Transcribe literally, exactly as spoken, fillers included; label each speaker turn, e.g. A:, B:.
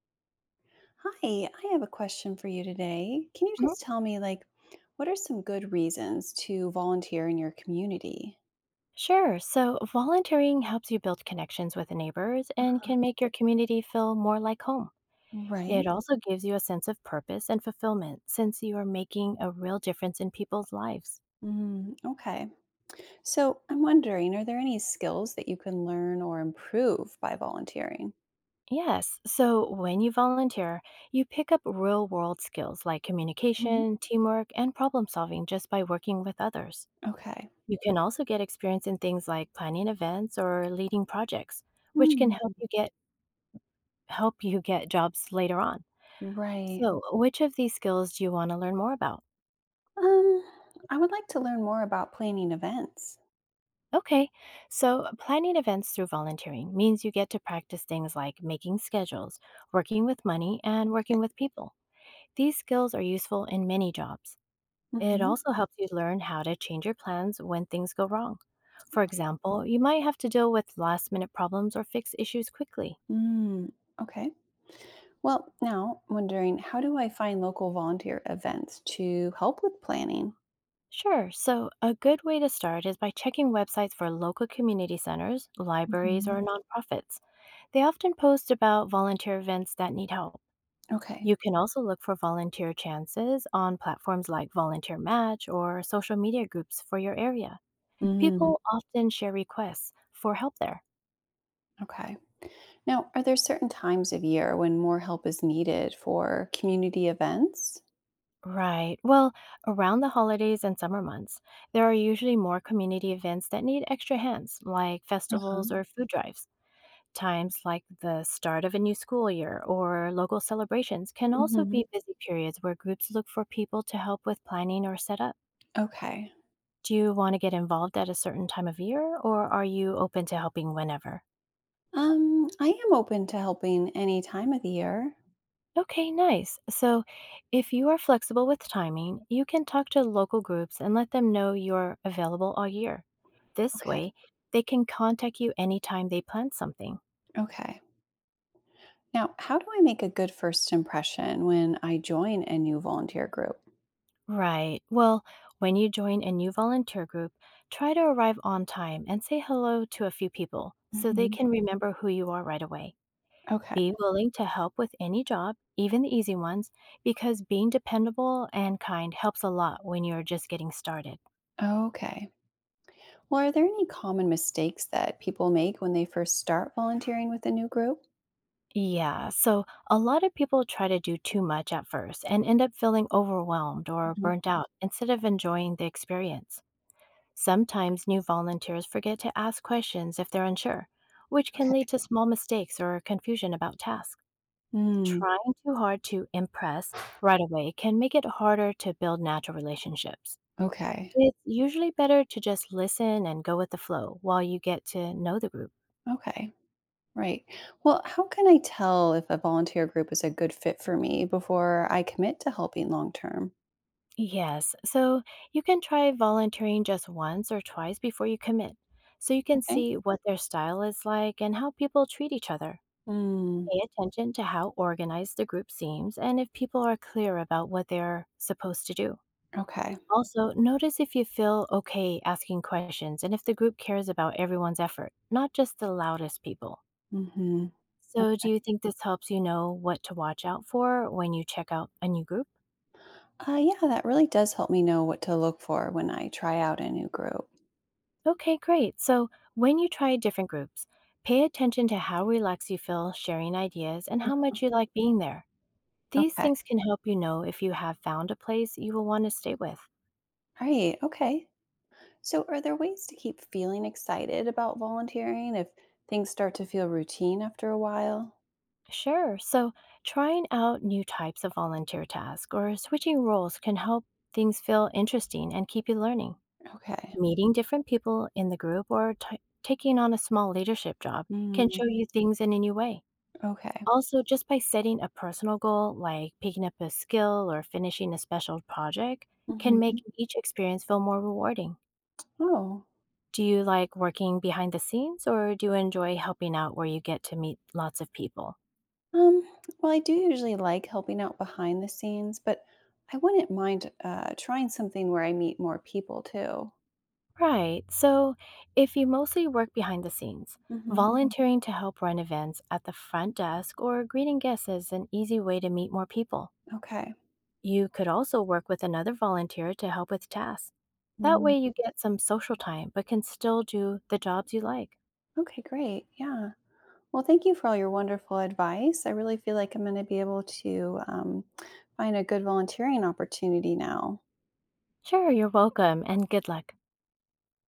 A: Hi, I have a question for you today. Can you
B: Mhm.
A: just tell me, like, what are some good reasons to volunteer in your community?
B: Sure. So, volunteering helps you build connections with neighbors and can make your community feel more like home. It
A: Right.
B: also gives you a sense of purpose and fulfillment since you are making a real difference in people's lives.
A: Mm, okay. So I'm wondering, are there any skills that you can learn or improve by volunteering?
B: Yes. So, when you volunteer, you pick up real world skills like
A: Mhm.
B: communication, teamwork, and problem solving just by working with others.
A: Okay.
B: You can also get experience in things like planning events or leading projects, which can help
A: Mm,
B: you get help you get jobs later on.
A: right.
B: So, which of these skills do you want to learn more about?
A: Um, I would like to learn more about planning events.
B: Okay, so planning events through volunteering means you get to practice things like making schedules, working with money, and
A: Okay.
B: working with people. These skills are useful in many jobs. It
A: Hmm.
B: also helps you learn how to change your plans when things go wrong. For example, you might have to deal with last minute problems or fix issues quickly.
A: Mm, okay. Well, now I'm wondering, how do I find local volunteer events to help with planning?
B: Sure, so a good way to start is by checking websites for local community centers, libraries, or
A: Mhm.
B: nonprofits. They often post about volunteer events that need help.
A: Okay.
B: You can also look for volunteer chances on platforms like Volunteer Match or social media groups for your area.
A: Mm,
B: People often share requests for help there.
A: okay. Now, are there certain times of year when more help is needed for community events?
B: Right. Well, around the holidays and summer months, there are usually more community events that need extra hands, like festivals
A: Uh-huh.
B: or food drives. Times like the start of a new school year or local celebrations can also
A: Hmm.
B: be busy periods where groups look for people to help with planning or setup.
A: Okay.
B: Do you want to get involved at a certain time of year, or are you open to helping whenever?
A: Um, I am open to helping any time of the year.
B: Okay, nice. So, if you are flexible with timing, you can talk to local groups and let them know you're available all year. This
A: Okay.
B: way, they can contact you anytime they plan something.
A: Okay. Now, how do I make a good first impression when I join a new volunteer group?
B: Right. Well, when you join a new volunteer group, try to arrive on time and say hello to a few people so they
A: Hmm.
B: can remember who you are right away.
A: Okay.
B: Be willing to help with any job, even the easy ones, because being dependable and kind helps a lot when you're just getting started.
A: Okay. Well, are there any common mistakes that people make when they first start volunteering with a new group?
B: Yeah, so a lot of people try to do too much at first and end up feeling overwhelmed or
A: Mhm.
B: burnt out instead of enjoying the experience. Sometimes new volunteers forget to ask questions if they're unsure, which can lead
A: Okay.
B: to small mistakes or confusion about tasks.
A: Mm,
B: Trying too hard to impress right away can make it harder to build natural relationships.
A: okay.
B: It's usually better to just listen and go with the flow while you get to know the group.
A: Okay, right. Well, how can I tell if a volunteer group is a good fit for me before I commit to helping long term?
B: Yes, so you can try volunteering just once or twice before you commit, so you can
A: Okay.
B: see what their style is like and how people treat each other.
A: Mm,
B: Pay attention to how organized the group seems and if people are clear about what they're supposed to do.
A: okay.
B: Also, notice if you feel okay asking questions and if the group cares about everyone's effort, not just the loudest people.
A: Hmm.
B: So, do
A: Okay.
B: you think this helps you know what to watch out for when you check out a new group?
A: Uh, yeah, that really does help me know what to look for when I try out a new group.
B: Okay, great. So, when you try different groups, pay attention to how relaxed you feel sharing ideas and how much you like being there. These
A: Okay.
B: things can help you know if you have found a place you will want to stay with.
A: All right. Okay. So, are there ways to keep feeling excited about volunteering if things start to feel routine after a while?
B: Sure. So, trying out new types of volunteer tasks or switching roles can help things feel interesting and keep you learning.
A: Okay.
B: Meeting different people in the group or t- taking on a small leadership job can
A: Mm,
B: show you things in a new way.
A: okay.
B: Also, just by setting a personal goal, like picking up a skill or finishing a special project, can make
A: Hmm.
B: each experience feel more rewarding.
A: Oh.
B: Do you like working behind the scenes or do you enjoy helping out where you get to meet lots of people?
A: Um, well, I do usually like helping out behind the scenes, but I wouldn't mind uh, trying something where I meet more people too.
B: Right, so if you mostly work behind the scenes,
A: Hmm.
B: volunteering to help run events at the front desk or greeting guests is an easy way to meet more people.
A: Okay.
B: You could also work with another volunteer to help with tasks. That
A: Mm.
B: way, you get some social time but can still do the jobs you like.
A: Okay, great. Yeah. Well, thank you for all your wonderful advice. I really feel like I'm going to be able to um, find a good volunteering opportunity now.
B: Sure, you're welcome and good luck.